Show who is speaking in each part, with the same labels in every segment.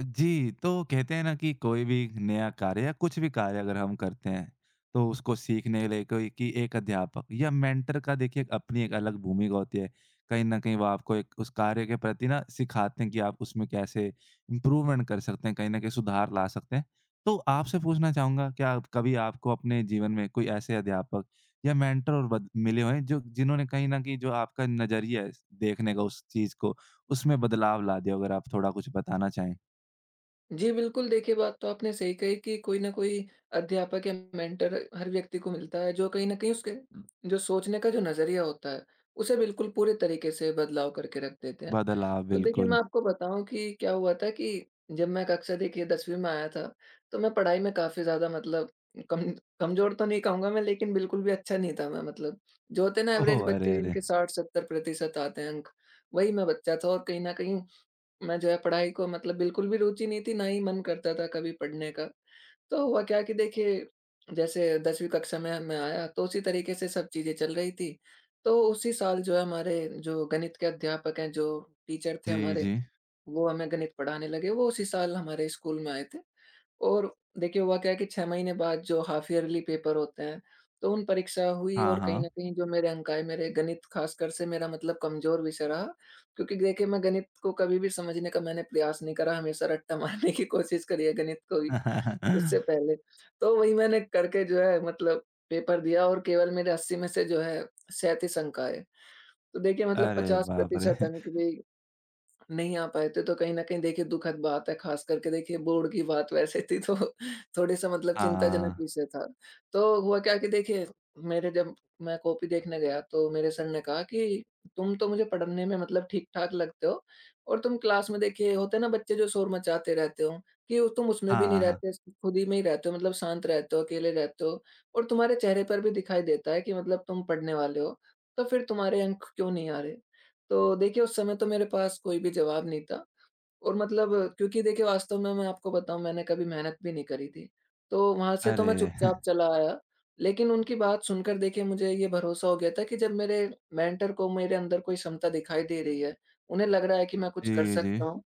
Speaker 1: जी, तो कहते हैं ना कि कोई भी नया कार्य या कुछ भी कार्य अगर हम करते हैं, तो उसको सीखने के लिए कोई कि एक अध्यापक या मेंटर का देखिए एक अपनी एक अलग भूमिका होती है। कहीं न कहीं वो आपको एक उस कार्य के प्रति ना सिखाते हैं कि आप उसमें कैसे इम्प्रूवमेंट कर सकते हैं, कहीं न कहीं सुधार ला सकते हैं। तो आपसे पूछना चाहूँगा क्या कभी आपको अपने जीवन में कोई ऐसे अध्यापक या मेंटर और बद मिले हुए हैं जो जिन्होंने कहीं न कहीं जो आपका नज़रिया है देखने का उस चीज़ को, उसमें बदलाव ला दिया हो? अगर आप थोड़ा कुछ बताना चाहें।
Speaker 2: जी, बिल्कुल देखिए, बात तो आपने सही कही कि कोई न कोई अध्यापक या मेंटर हर व्यक्ति को मिलता है, जो कहीं न कहीं उसके जो सोचने का जो नज़रिया होता है, उसे बिल्कुल पूरे तरीके से बदलाव करके रख देते हैं।
Speaker 1: बदलाव,
Speaker 2: तो देखिए,
Speaker 1: बिल्कुल।
Speaker 2: मैं आपको बताऊँ कि क्या हुआ था कि जब मैं कक्षा देखिए 10वीं में आया था, तो मैं पढ़ाई में काफ़ी ज़्यादा मतलब कम कमज़ोर तो नहीं कहूँगा मैं, लेकिन बिल्कुल भी अच्छा नहीं था मैं, मतलब जो होते हैं ना
Speaker 1: ओह!
Speaker 2: एवरेज
Speaker 1: अरे,
Speaker 2: बच्चे
Speaker 1: अरे!
Speaker 2: जिनके 60-70% आते हैं अंक, वही मैं बच्चा था। और कहीं न कहीं मैं जो है पढ़ाई को मतलब बिल्कुल भी रुचि नहीं थी, ना ही मन करता था कभी पढ़ने का। तो हुआ क्या कि देखिए, जैसे 10वीं कक्षा में मैं आया, तो उसी तरीके से सब चीज़ें चल रही थी। तो उसी साल जो है हमारे जो गणित के अध्यापक हैं, जो टीचर थे
Speaker 1: जी,
Speaker 2: हमारे,
Speaker 1: जी।
Speaker 2: वो हमें गणित पढ़ाने लगे। वो उसी साल हमारे स्कूल में आए थे। और देखिए हुआ क्या है कि 6 महीने बाद जो हाफ ईयरली पेपर होते हैं, तो उन परीक्षा हुई,
Speaker 1: हाँ,
Speaker 2: और कहीं
Speaker 1: हाँ।
Speaker 2: न कहीं जो मेरे अंक आए, मेरे गणित खासकर से मेरा मतलब कमज़ोर विषय रहा। क्योंकि देखिए, मैं गणित को कभी भी समझने का मैंने प्रयास नहीं करा, हमेशा रट्टा मारने की कोशिश करी है गणित को ही, उससे पहले। तो वही मैंने करके जो है मतलब पेपर दिया, और केवल मेरे 80 में से जो है 37 अंक आए। तो देखिए मतलब
Speaker 1: अरे बाप रे!
Speaker 2: 50% अंक भी नहीं आ पाए थे, तो कहीं न कहीं देखिए दुखद बात है, ख़ास करके देखिए बोर्ड की बात वैसे थी तो थोड़ी-सा मतलब
Speaker 1: हाँ,
Speaker 2: चिंताजनक विषय था। तो हुआ क्या कि देखिए मेरे जब मैं कॉपी देखने गया, तो मेरे सर ने कहा कि तुम तो मुझे पढ़ने में मतलब ठीक-ठाक लगते हो, और तुम क्लास में देखिए होते हैं ना बच्चे जो शोर मचाते रहते हो, कि तुम उसमें भी नहीं
Speaker 1: हाँ, हाँ।
Speaker 2: रहते, खुद ही में ही रहते हो, मतलब शांत रहते हो, अकेले रहते हो, और तुम्हारे चेहरे पर भी दिखाई देता है कि मतलब तुम पढ़ने वाले हो, तो फिर तुम्हारे अंक क्यों नहीं आ रहे? तो देखिए, उस समय तो मेरे पास कोई भी जवाब नहीं था। और मतलब क्योंकि देखिए वास्तव में मैं आपको बताऊँ, मैंने कभी मेहनत भी नहीं करी थी। तो वहाँ से तो
Speaker 1: अरे!
Speaker 2: मैं चुपचाप चला आया, लेकिन उनकी बात सुनकर देखिए मुझे ये भरोसा हो गया था कि जब मेरे मेंटर को मेरे अंदर कोई क्षमता दिखाई दे रही है, उन्हें लग रहा है कि मैं कुछ कर
Speaker 1: जी, जी।
Speaker 2: सकता हूँ।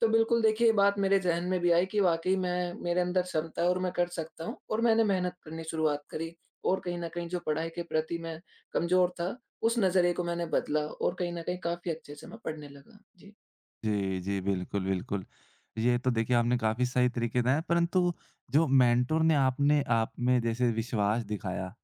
Speaker 2: तो बिल्कुल देखिए ये बात मेरे ज़हन में भी आई कि वाक़ई मैं, मेरे अंदर क्षमता है, और मैं कर सकता हूँ, और मैंने मेहनत करनी शुरुआत करी, और कहीं न कहीं जो पढ़ाई के प्रति मैं कमज़ोर था, उस नज़रिए को मैंने बदला, और कहीं न कहीं काफ़ी अच्छे से मैं पढ़ने लगा। जी।
Speaker 1: जी, जी, बिल्कुल, बिल्कुल। ये तो देखिए आपने काफ़ी सही तरीके बताए, परंतु जो मेंटर ने आपने आप में जैसे विश्वास दिखाया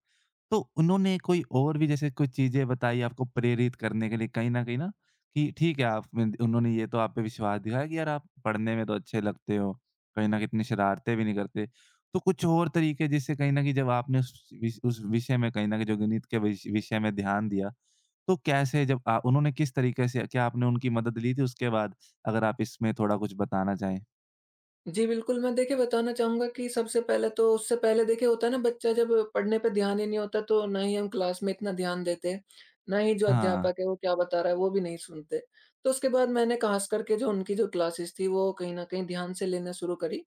Speaker 1: तो उन्होंने कोई और भी जैसे कोई चीज़ें बताई आपको प्रेरित करने के लिए कहीं न कहीं ना कि ठीक है आप में उन्होंने ये तो आप पे विश्वास दिखाया कि यार आप पढ़ने में तो अच्छे लगते हो, कहीं न कहीं इतनी शरारतें भी नहीं करते। तो कुछ और तरीके जिससे कहीं न कहीं जब आपने उस विषय में कहीं न कहीं जो गणित के विषय में ध्यान दिया, तो कैसे जब उन्होंने किस तरीके से क्या आपने उनकी मदद ली थी उसके बाद? अगर आप इसमें थोड़ा कुछ बताना चाहें।
Speaker 2: जी, बिल्कुल, मैं देखिए बताना चाहूँगा कि सबसे पहले तो उससे पहले देखिए होता है ना बच्चा, जब पढ़ने पे ध्यान ही नहीं होता, तो ना ही हम क्लास में इतना ध्यान देते, ना ही जो
Speaker 1: हाँ।
Speaker 2: अध्यापक है वो क्या बता रहा है वो भी नहीं सुनते। तो उसके बाद मैंने खास करके जो उनकी जो क्लासेस थी, वो कहीं न कहीं ध्यान से लेना शुरू करी।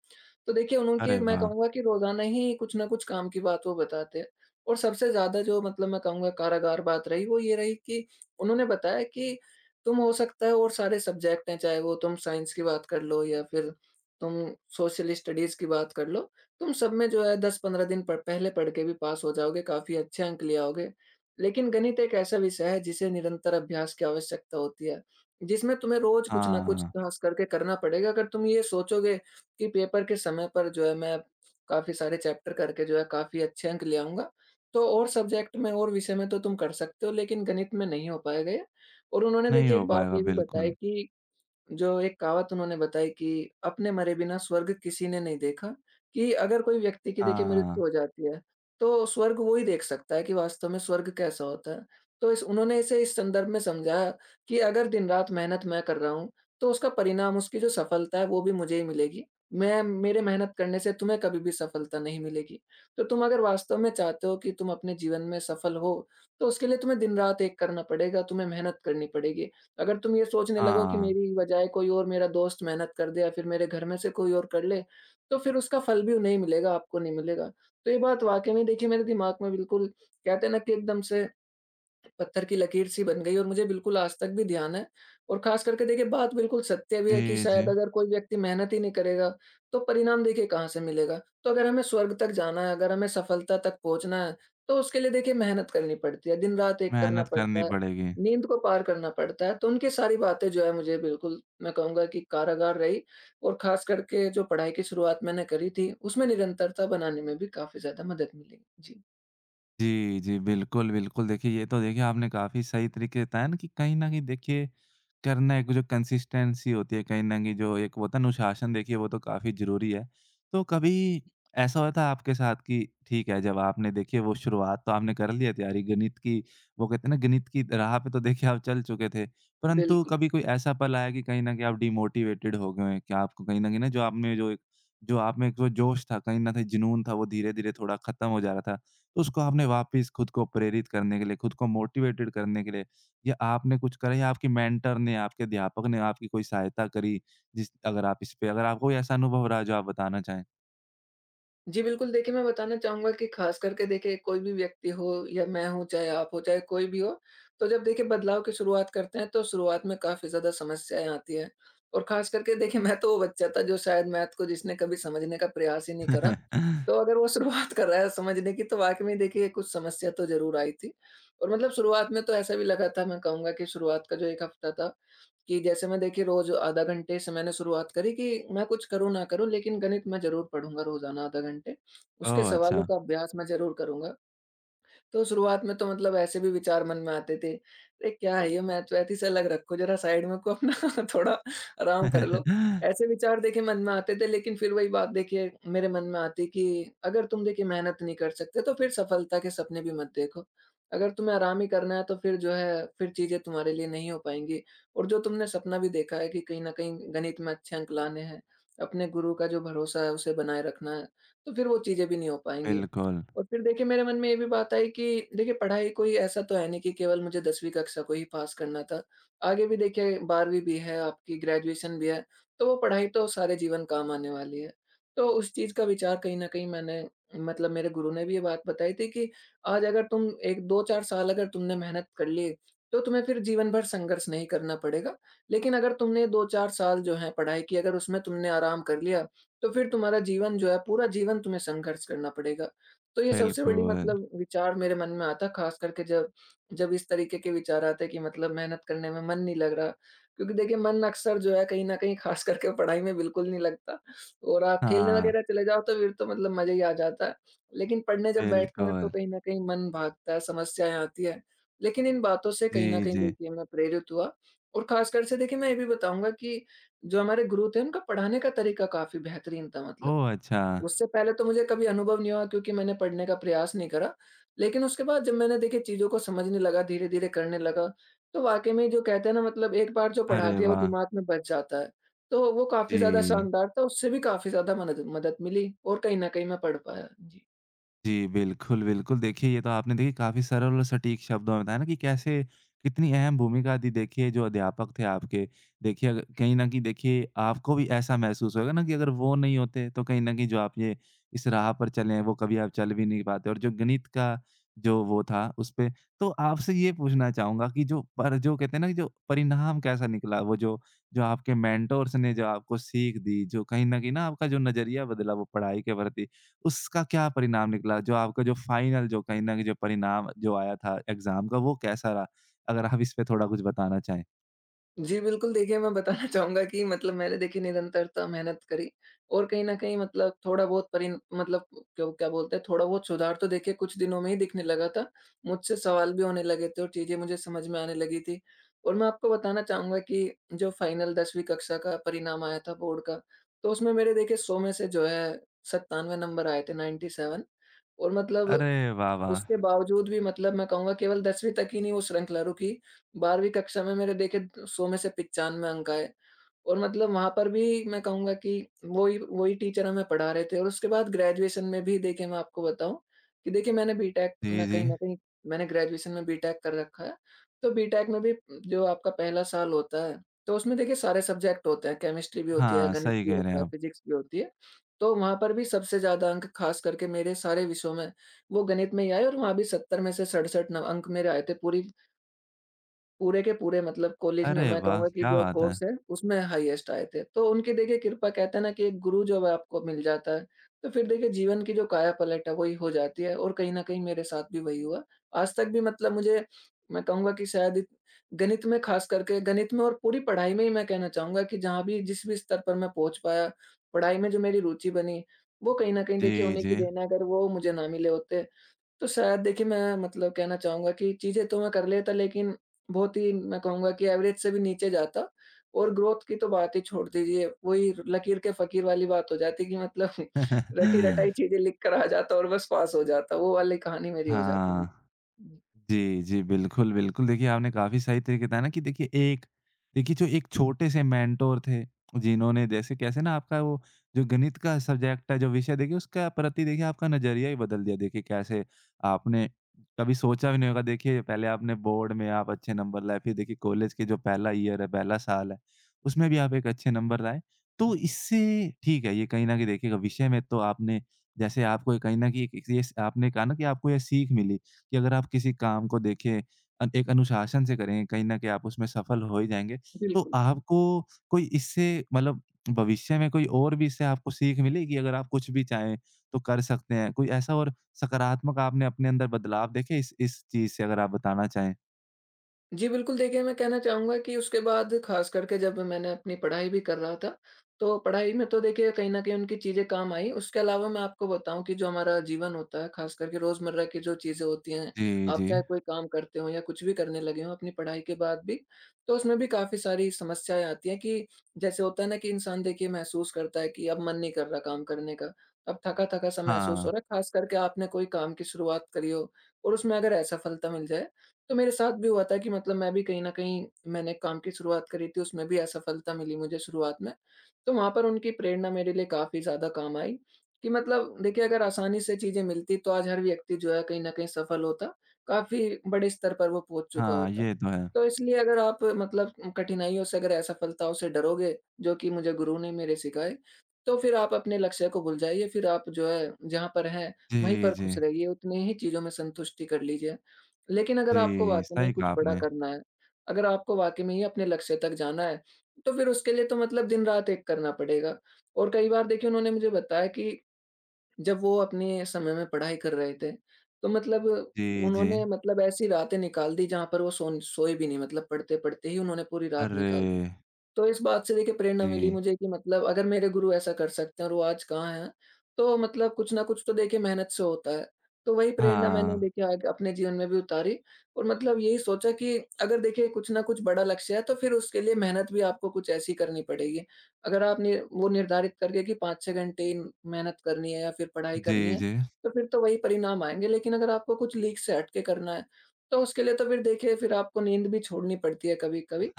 Speaker 2: तो देखिए उनकी,
Speaker 1: अरे
Speaker 2: मैं
Speaker 1: वाह!
Speaker 2: कहूँगा कि रोज़ाना ही कुछ ना कुछ काम की बात वो बताते हैं। और सबसे ज़्यादा जो मतलब मैं कहूँगा कारागार बात रही, वो ये रही कि उन्होंने बताया कि तुम, हो सकता है और सारे सब्जेक्ट हैं, चाहे वो तुम साइंस की बात कर लो या फिर तुम सोशल स्टडीज़ की बात कर लो, तुम सब में जो है 10-15 दिन प पहले पढ़ के भी पास हो जाओगे, काफ़ी अच्छे अंक ले आओगे। लेकिन गणित एक ऐसा विषय है जिसे निरंतर अभ्यास की आवश्यकता होती है, जिसमें तुम्हें रोज़ कुछ ना कुछ
Speaker 1: हाँ।
Speaker 2: खास करके करना पड़ेगा। अगर तुम ये सोचोगे के पेपर के समय पर जो है मैं काफ़ी सारे चैप्टर करके जो है काफ़ी अच्छे अंक ले आऊँगा, तो और सब्जेक्ट में और विषय में तो तुम कर सकते हो, लेकिन गणित में नहीं हो पाएगा ये। और उन्होंने
Speaker 1: नहीं
Speaker 2: देखिए
Speaker 1: हो
Speaker 2: एक बात
Speaker 1: पाएगा
Speaker 2: ये भी बताई
Speaker 1: बिल्कुल।
Speaker 2: कि जो एक कहावत उन्होंने बताई कि अपने मरे बिना स्वर्ग किसी ने नहीं देखा, कि अगर कोई व्यक्ति की देखिए
Speaker 1: हाँ।
Speaker 2: मृत्यु हो जाती है, तो स्वर्ग वो ही देख सकता है कि वास्तव में स्वर्ग कैसा होता है। तो इस उन्होंने इसे इस संदर्भ में समझाया, कि अगर दिन-रात मेहनत मैं कर रहा हूँ, तो उसका परिणाम, उसकी जो सफलता है, वो भी मुझे ही मिलेगी। मैं मेरे मेहनत करने से तुम्हें कभी भी सफलता नहीं मिलेगी। तो तुम अगर वास्तव में चाहते हो कि तुम अपने जीवन में सफल हो, तो उसके लिए तुम्हें दिन-रात एक करना पड़ेगा, तुम्हें मेहनत करनी पड़ेगी। अगर तुम ये सोचने लगो कि
Speaker 1: हाँ।
Speaker 2: मेरी बजाय कोई और मेरा दोस्त मेहनत कर दे, या फिर मेरे घर में से कोई और कर ले, तो फिर उसका फल भी नहीं मिलेगा, आपको नहीं मिलेगा। तो ये बात वाक़ई में देखिए मेरे दिमाग में बिल्कुल, कहते हैं ना कि एकदम से पत्थर की लकीर सी बन गई, और मुझे बिल्कुल आज तक भी ध्यान है। और ख़ास करके देखिए बात बिल्कुल सत्य भी है कि
Speaker 1: जी, जी।
Speaker 2: शायद अगर कोई व्यक्ति मेहनत ही नहीं करेगा, तो परिणाम देखिए कहाँ से मिलेगा? तो अगर हमें स्वर्ग तक जाना है, अगर हमें सफलता तक पहुँचना है, तो उसके लिए देखिए मेहनत करनी पड़ती है, दिन-रात एक करना
Speaker 1: मेहनत करनी
Speaker 2: पड़ता है,
Speaker 1: पड़ेगी।
Speaker 2: नींद को पार करना पड़ता है। तो उनकी सारी बातें जो है मुझे बिल्कुल, मैं कहूँगा कि कारागार रही, और ख़ास करके जो पढ़ाई की शुरुआत मैंने करी थी, उसमें निरंतरता बनाने में भी काफ़ी ज़्यादा मदद मिली। जी,
Speaker 1: जी, जी, बिल्कुल, बिल्कुल। देखिए, ये तो देखिए आपने काफ़ी सही तरीके से बताया ना कि कहीं न कहीं देखिए करना है, जो कंसिस्टेंसी होती है, कहीं न कहीं जो एक होता है अनुशासन, देखिए वो तो काफ़ी ज़रूरी है। तो कभी ऐसा हुआ था आपके साथ कि ठीक है, जब आपने देखिए वो शुरुआत तो आपने कर ली है तैयारी गणित की, वो कहते हैं ना गणित की राह पे तो देखिए आप चल चुके थे। परंतु
Speaker 2: बिल्कुल।
Speaker 1: कभी कोई ऐसा पल आया कि कहीं न कहीं आप डिमोटिवेटेड हो गए हैं? कि आपको कहीं न कहीं ना जो आप में एक जो जोश था, कहीं न कहीं जुनून था वो धीरे-धीरे थोड़ा ख़त्म हो जा रहा था। तो उसको आपने वापस खुद को प्रेरित करने के लिए, खुद को मोटिवेटेड करने के लिए या आपने कुछ करा या आपके मेंटर ने, आपके अध्यापक ने आपकी कोई सहायता करी? जिस अगर आप इस पे अगर आपको कोई ऐसा अनुभव रहा जो आप बताना चाहें?
Speaker 2: जी, बिल्कुल देखिए, मैं बताना चाहूँगा कि ख़ास करके देखिए कोई भी व्यक्ति हो या मैं हूँ, चाहे आप हो, चाहे कोई भी हो, तो जब देखिए बदलाव की शुरुआत करते हैं, तो शुरुआत में काफ़ी ज़्यादा समस्याएँ आती हैं। और ख़ास करके देखिए मैं तो वो बच्चा था जो शायद मैथ को, जिसने कभी समझने का प्रयास ही नहीं करा। तो अगर वो शुरुआत कर रहा है समझने की, तो वाक़ई में देखिए कुछ समस्या तो ज़रूर आई थी। और मतलब शुरुआत में तो ऐसा भी लगा था, मैं कहूँगा कि शुरुआत का जो 1 हफ़्ता था, कि जैसे मैं देखिए रोज़ आधा घंटे से मैंने शुरुआत करी कि मैं कुछ करूँ ना करूँ, लेकिन गणित मैं ज़रूर पढ़ूँगा रोज़ाना आधा घंटे। उसके
Speaker 1: ओह! अच्छा।
Speaker 2: सवालों का अभ्यास मैं ज़रूर करूँगा। तो शुरुआत में तो मतलब ऐसे भी विचार मन में आते थे, "अरे! क्या है ये मैथवैथी से, अलग रखो ज़रा साइड में को अपना थोड़ा आराम कर लो।" ऐसे विचार देखिए मन में आते थे, लेकिन फिर वही बात देखिए मेरे मन में आती कि अगर तुम देखिए मेहनत नहीं कर सकते, तो फिर सफलता के सपने भी मत देखो। अगर तुम्हें आराम ही करना है, तो फिर जो है फिर चीज़ें तुम्हारे लिए नहीं हो पाएँगी, और जो तुमने सपना भी देखा है कि कहीं न कहीं गणित में अच्छे अंक लाने हैं, अपने गुरु का जो भरोसा है उसे बनाए रखना है, तो फिर वो चीज़ें भी नहीं हो पाएँगी।
Speaker 1: बिल्कुल,
Speaker 2: और फिर देखिए मेरे मन में ये भी बात आई कि देखिए पढ़ाई कोई ऐसा तो है नहीं कि केवल मुझे 10वीं कक्षा को ही पास करना था। आगे भी देखिए 12वीं भी है, आपकी ग्रेजुएशन भी है, तो वो पढ़ाई तो सारे जीवन काम आने वाली है। तो उस चीज़ का विचार कहीं न कहीं मैंने मतलब, मेरे गुरु ने भी ये बात बताई थी कि आज अगर तुम एक 2-4 साल अगर तुमने मेहनत कर ली, तो तुम्हें फिर जीवन भर संघर्ष नहीं करना पड़ेगा। लेकिन अगर तुमने 2-4 साल जो है पढ़ाई की, अगर उसमें तुमने आराम कर लिया, तो फिर तुम्हारा जीवन जो है पूरा जीवन तुम्हें संघर्ष करना पड़ेगा। तो ये सबसे बड़ी
Speaker 1: बिल्कुल।
Speaker 2: मतलब विचार मेरे मन में आता है, खास करके जब जब इस तरीके के विचार आते हैं कि मतलब मेहनत करने में मन नहीं लग रहा। क्योंकि देखिए मन अक्सर जो है कहीं न कहीं खास करके पढ़ाई में बिल्कुल नहीं लगता, और आप खेलने
Speaker 1: हाँ,
Speaker 2: वगैरह चले जाओ तो फिर तो मतलब मज़ा ही आ जाता है। लेकिन पढ़ने जब बैठते हैं तो
Speaker 1: बिल्कुल।
Speaker 2: कहीं न कहीं मन भागता है, समस्याएँ आती हैं। लेकिन इन बातों से कहीं न
Speaker 1: जी,
Speaker 2: कहीं
Speaker 1: जी।
Speaker 2: देखिए मैं प्रेरित हुआ। और खासकर से देखिए मैं ये भी बताऊँगा कि जो हमारे गुरु थे, उनका पढ़ाने का तरीका काफ़ी बेहतरीन था मतलब।
Speaker 1: ओह! अच्छा।
Speaker 2: उससे पहले तो मुझे कभी अनुभव नहीं हुआ, क्योंकि मैंने पढ़ने का प्रयास नहीं करा। लेकिन उसके बाद जब मैंने देखिए चीज़ों को समझने लगा, धीरे-धीरे करने लगा, तो वाक़ई में जो कहते हैं ना मतलब एक बार जो पढ़ा
Speaker 1: अरे
Speaker 2: दिया वो
Speaker 1: वाह!
Speaker 2: दिमाग में बस जाता है। तो वो काफ़ी ज़्यादा
Speaker 1: जी।
Speaker 2: शानदार था, उससे भी काफ़ी ज़्यादा मनद मदद मिली, और कहीं न कहीं मैं पढ़ पाया। जी।
Speaker 1: जी, बिल्कुल, बिल्कुल। देखिए, ये तो आपने देखिए काफ़ी सरल और सटीक शब्दों में बताया ना कि कैसे कितनी अहम भूमिका थी देखिए जो अध्यापक थे आपके। देखिए अग कहीं न कहीं देखिए आपको भी ऐसा महसूस होगा ना कि अगर वो नहीं होते तो कहीं न कहीं जो आप ये इस राह पर चले हैं वो कभी आप चल भी नहीं पाते और जो गणित का जो वो था उसपे। तो आपसे ये पूछना चाहूँगा कि जो कहते हैं ना कि जो परिणाम कैसा निकला? वो जो जो आपके मेंटोर्स ने जो आपको सीख दी, जो कहीं न कहीं ना आपका जो नज़रिया बदला वो पढ़ाई के प्रति। उसका क्या परिणाम निकला? जो आपका जो फाइनल जो कहीं न कहीं जो परिणाम जो आया था एग्ज़ाम का वो कैसा रहा? अगर आप इस पे थोड़ा कुछ बताना चाहें?
Speaker 2: जी, बिल्कुल देखिए, मैं बताना चाहूँगा कि मतलब मैंने देखिए निरंतरता मेहनत करी। और कहीं न कहीं मतलब थोड़ा बहुत परिन मतलब क्यों क्या बोलते हैं, थोड़ा बहुत सुधार तो देखिए कुछ दिनों में ही दिखने लगा था। मुझसे सवाल भी होने लगे थे और चीज़ें मुझे समझ में आने लगी थी। और मैं आपको बताना चाहूँगा कि जो फाइनल 10वीं कक्षा का परिणाम आया था बोर्ड का, तो उसमें मेरे देखिए 100 में से जो है, 97 नंबर आए थे, 97। और मतलब
Speaker 1: अरे वाह, वाह!
Speaker 2: उसके बावजूद भी मतलब मैं कहूँगा केवल 10वीं तक ही नहीं वो श्रृंखला रुकी। 12वीं कक्षा में मेरे देखिए 100 में से 95 अंक आए। और मतलब वहाँ पर भी मैं कहूँगा कि वही वही टीचर हमें पढ़ा रहे थे। और उसके बाद ग्रेजुएशन में भी देखिए मैं आपको बताऊँ कि देखिए मैंने बीटेक
Speaker 1: जी,
Speaker 2: में
Speaker 1: जी।
Speaker 2: कहीं न कहीं मैंने ग्रेजुएशन में बीटेक कर रखा है। तो बीटेक में भी जो आपका पहला साल होता है, तो उसमें देखिए सारे सब्जेक्ट होते हैं, केमिस्ट्री भी होती है,
Speaker 1: हाँ,
Speaker 2: गणित
Speaker 1: सही
Speaker 2: भी
Speaker 1: कह रहे
Speaker 2: होता
Speaker 1: हैं
Speaker 2: है,
Speaker 1: आप।
Speaker 2: फिज़िक्स भी होती है। तो वहाँ पर भी सबसे ज़्यादा अंक ख़ास करके मेरे सारे विषयों में, वो गणित में ही आए। और वहाँ भी 70 में से 67 न अंक मेरे आए थे, पूरी पूरे के पूरे मतलब कॉलेज में
Speaker 1: अरे
Speaker 2: मैं
Speaker 1: वाह!
Speaker 2: कहूँगा कि
Speaker 1: क्या
Speaker 2: जो
Speaker 1: बात है।
Speaker 2: कोर्स है, उसमें हाईएस्ट आए थे। तो उनकी देखिए कृपा, कहते हैं ना कि एक गुरु जब आपको मिल जाता है, तो फिर देखिए जीवन की जो काया-पलट है वही हो जाती है और कहीं न कहीं मेरे साथ भी वही हुआ। आज तक भी मतलब मुझे, मैं कहूँगा कि शायद इत गणित में ख़ास करके गणित में और पूरी पढ़ाई में ही मैं कहना चाहूँगा कि जहाँ भी जिस भी स्तर पर मैं पहुँच पाया, पढ़ाई में जो मेरी रुचि बनी, वो कहीं न कहीं देखिए
Speaker 1: जी,
Speaker 2: उन्हीं की
Speaker 1: जी।
Speaker 2: देन है। अगर वो मुझे ना मिले होते, तो शायद देखिए मैं मतलब कहना चाहूँगा कि चीज़ें तो मैं कर लेता, लेकिन बहुत ही, मैं कहूँगा कि एवरेज से भी नीचे जाता। और ग्रोथ की तो बात ही छोड़ दीजिए। वही लकीर के फ़कीर वाली बात हो जाती कि मतलब रटी-रटाई चीज़ें लिख कर आ जाता और बस पास हो जाता। वो वाली कहानी मेरी हो जाती। हुँ,
Speaker 1: हाँ।
Speaker 2: हुँ,
Speaker 1: जी, जी। बिल्कुल, बिल्कुल। देखिए, आपने काफ़ी सही तरीके बताया ना कि देखिए जो एक छोटे से मेंटर थे, जिन्होंने जैसे कैसे ना आपका वो जो गणित का सब्जेक्ट है, जो विषय देखिए उसका प्रति देखिए आपका नज़रिया ही बदल दिया। देखिए कैसे आपने कभी सोचा भी नहीं होगा, देखिए पहले आपने बोर्ड में आप अच्छे नंबर लाए, फिर देखिए कॉलेज के जो पहला ईयर है, पहला साल है, उसमें भी आप एक अच्छे नंबर लाए। तो इससे ठीक है, ये कहीं न कहीं देखिएगा विषय में तो आपने जैसे आपको ये कहीं न कहीं एक एक ये आपने कहा ना कि आपको ये सीख मिली। कि अगर आप किसी काम को देखें एक अनुशासन से करें, कहीं न कहीं आप उसमें सफल हो ही जाएँगे। तो
Speaker 2: बिल्कुल।
Speaker 1: आपको कोई इससे मतलब भविष्य में कोई और भी इससे आपको सीख मिली कि अगर आप कुछ भी चाहें तो कर सकते हैं? कोई ऐसा और सकारात्मक आपने अपने अंदर बदलाव देखे इस चीज़ से अगर आप बताना चाहें?
Speaker 2: जी, बिल्कुल देखिए, मैं कहना चाहूँगा कि उसके बाद ख़ास करके जब मैंने अपनी पढ़ाई भी कर रहा था, तो पढ़ाई में तो देखिए कहीं न कहीं उनकी चीज़ें काम आईं। उसके अलावा मैं आपको बताऊँ कि जो हमारा जीवन होता है, ख़ास करके रोज़मर्रा की जो चीज़ें होती हैं,
Speaker 1: जी,
Speaker 2: आप
Speaker 1: जी।
Speaker 2: चाहे कोई काम करते हो या कुछ भी करने लगे हों अपनी पढ़ाई के बाद भी, तो उसमें भी काफ़ी सारी समस्याएँ आती हैं कि जैसे होता है ना कि इंसान देखिए महसूस करता है कि अब मन नहीं कर रहा काम करने का, अब थका-थका सा महसूस
Speaker 1: हाँ,
Speaker 2: हो रहा है, ख़ास करके आपने कोई काम की शुरुआत करी हो और उसमें अगर असफलता मिल जाए, तो मेरे साथ भी हुआ था कि मतलब मैं भी कहीं न कहीं मैंने एक काम की शुरुआत करी थी, उसमें भी असफलता मिली मुझे शुरुआत में। तो वहाँ पर उनकी प्रेरणा मेरे लिए काफ़ी ज़्यादा काम आई कि मतलब देखिए अगर आसानी से चीज़ें मिलती तो आज हर व्यक्ति जो है कहीं न कहीं सफल होता, काफ़ी बड़े स्तर पर वो पहुँच चुका
Speaker 1: हाँ,
Speaker 2: होता।
Speaker 1: ये तो है।
Speaker 2: तो इसलिए अगर आप मतलब कठिनाइयों से, अगर असफलताओं से डरोगे, जो कि मुझे गुरु ने मेरे सिखाए, तो फिर आप अपने लक्ष्य को भूल जाइए। फिर आप जो है जहाँ पर हैं, वहीं
Speaker 1: जी,
Speaker 2: पर
Speaker 1: जी।
Speaker 2: खुश रहिए, उतनी ही चीज़ों में संतुष्टि कर लीजिए। लेकिन अगर आपको
Speaker 1: जी,
Speaker 2: वाक़ई में ही
Speaker 1: सही कहा
Speaker 2: कुछ बड़ा
Speaker 1: आपने।
Speaker 2: करना है, अगर आपको वाक़ई में ही अपने लक्ष्य तक जाना है, तो फिर उसके लिए तो मतलब दिन-रात एक करना पड़ेगा। और कई बार देखिए उन्होंने मुझे बताया कि जब वो अपने समय में पढ़ाई कर रहे थे, तो मतलब
Speaker 1: जी, जी।
Speaker 2: उन्होंने मतलब ऐसी रातें निकाल दी जहाँ पर वो सोन सोए भी नहीं, मतलब पढ़ते-पढ़ते ही उन्होंने पूरी रात
Speaker 1: अरे!
Speaker 2: निकाल दी। तो इस बात से देखिए प्रेरणा मिली
Speaker 1: जी।
Speaker 2: मुझे कि मतलब अगर मेरे गुरु ऐसा कर सकते हैं और वो आज कहाँ हैं, तो मतलब कुछ ना कुछ तो देखिए मेहनत से होता है। तो वही प्रेरणा मैंने
Speaker 1: हाँ।
Speaker 2: देखिए आग अपने जीवन में भी उतारी और मतलब यही सोचा कि अगर देखिए कुछ ना कुछ बड़ा लक्ष्य है, तो फिर उसके लिए मेहनत भी आपको कुछ ऐसी करनी पड़ेगी। अगर आप नि वो निर्धारित करके कि 5-6 घंटे ही मेहनत करनी है या फिर पढ़ाई करनी
Speaker 1: जी,
Speaker 2: है,
Speaker 1: जी।
Speaker 2: तो फिर तो वही परिणाम आएँगे। लेकिन अगर आपको कुछ लीक से हट के करना है, तो उसके लिए तो फिर देखिए, फिर आपको नींद भी छोड़नी पड़ती है कभी-कभी।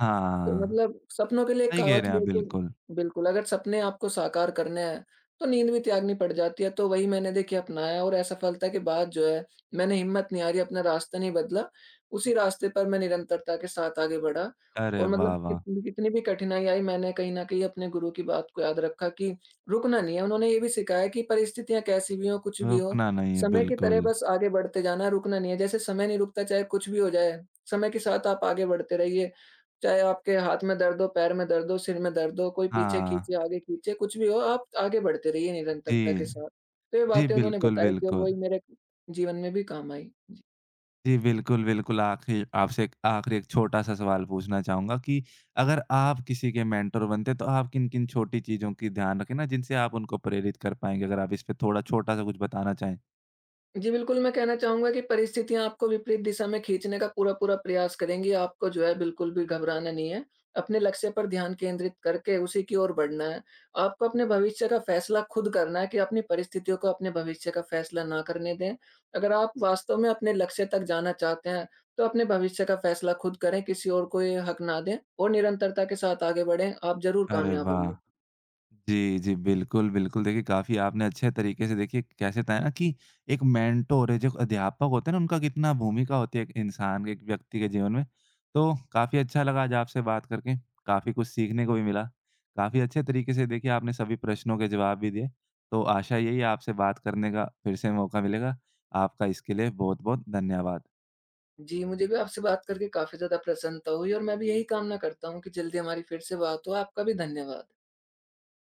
Speaker 2: तो
Speaker 1: हाँ।
Speaker 2: मतलब सपनों के लिए एक
Speaker 1: सही कह
Speaker 2: कहावत
Speaker 1: रहे हैं
Speaker 2: भी
Speaker 1: आप,
Speaker 2: है कि
Speaker 1: बिल्कुल।
Speaker 2: बिल्कुल, अगर सपने आपको साकार करने हैं, तो नींद भी त्यागनी पड़ जाती है। तो वही मैंने देखिए अपनाया और असफलता के बाद जो है, मैंने हिम्मत नहीं हारी, अपना रास्ता नहीं बदला। उसी रास्ते पर मैं निरंतरता के साथ आगे बढ़ा
Speaker 1: अरे
Speaker 2: और
Speaker 1: वाह,
Speaker 2: मतलब
Speaker 1: वाह!
Speaker 2: कितनी कितनी भी कठिनाई आई, मैंने कहीं न कहीं अपने गुरु की बात को याद रखा कि रुकना नहीं है। उन्होंने ये भी सिखाया कि परिस्थितियाँ कैसी भी हों, कुछ भी हो,
Speaker 1: रुकना नहीं है,
Speaker 2: समय की तरह
Speaker 1: बिल्कुल।
Speaker 2: बस आगे बढ़ते जाना है, रुकना नहीं है। जैसे समय नहीं रुकता, चाहे कुछ भी हो जाए, समय के साथ आप आगे बढ़ते रहिए। चाहे आपके हाथ में दर्द हो, पैर में दर्द हो, सिर में दर्द हो, कोई पीछे
Speaker 1: हाँ,
Speaker 2: खींचे, आगे खींचे, कुछ भी हो, आप आगे बढ़ते रहिए
Speaker 1: जी।
Speaker 2: निरंतरता के साथ। तो ये
Speaker 1: जी,
Speaker 2: बातें उन्होंने
Speaker 1: बिल्कुल,
Speaker 2: बताई थी और
Speaker 1: बिल्कुल।
Speaker 2: वही मेरे जीवन में भी काम आई।
Speaker 1: जी, बिल्कुल, बिल्कुल। आखिर आपसे एक आखिरी एक छोटा-सा सवाल पूछना चाहूँगा कि अगर आप किसी के मेंटर बनते, तो आप किन-किन छोटी चीज़ों की ध्यान रखें ना, जिनसे आप उनको प्रेरित कर पाएँगे? अगर आप इस पे थोड़ा छोटा-सा कुछ बताना चाहें।
Speaker 2: जी, बिल्कुल, मैं कहना चाहूँगा कि परिस्थितियाँ आपको विपरीत दिशा में खींचने का पूरा-पूरा प्रयास करेंगी, आपको जो है बिल्कुल भी घबराना नहीं है। अपने लक्ष्य पर ध्यान केंद्रित करके उसी की ओर बढ़ना है। आपको अपने भविष्य का फैसला खुद करना है कि अपनी परिस्थितियों को अपने भविष्य का फैसला ना करने दें। अगर आप वास्तव में अपने लक्ष्य तक जाना चाहते हैं, तो अपने भविष्य का फैसला खुद करें, किसी और को ये हक ना दें और निरंतरता के साथ आगे बढ़ें, आप ज़रूर
Speaker 1: अरे
Speaker 2: कामयाब
Speaker 1: वाह!
Speaker 2: होंगे।
Speaker 1: जी, जी। बिल्कुल, बिल्कुल। देखिए, काफ़ी आपने अच्छे तरीके से देखिए कैसे बताया ना कि एक मेंटर है जो अध्यापक होते हैं ना उनका कितना भूमिका होती है एक इंसान के, एक व्यक्ति के जीवन में। तो काफ़ी अच्छा लगा आज आपसे बात करके, काफ़ी कुछ सीखने को भी मिला। काफ़ी अच्छे तरीके से देखिए आपने सभी प्रश्नों के जवाब भी दिए। तो आशा यही है आपसे बात करने का फिर से मौका मिलेगा। आपका इसके लिए बहुत-बहुत धन्यवाद।
Speaker 2: जी, मुझे भी आपसे बात करके काफ़ी ज़्यादा प्रसन्नता हुई और मैं भी यही कामना करता हूँ कि जल्दी हमारी फिर से बात हो। आपका भी धन्यवाद।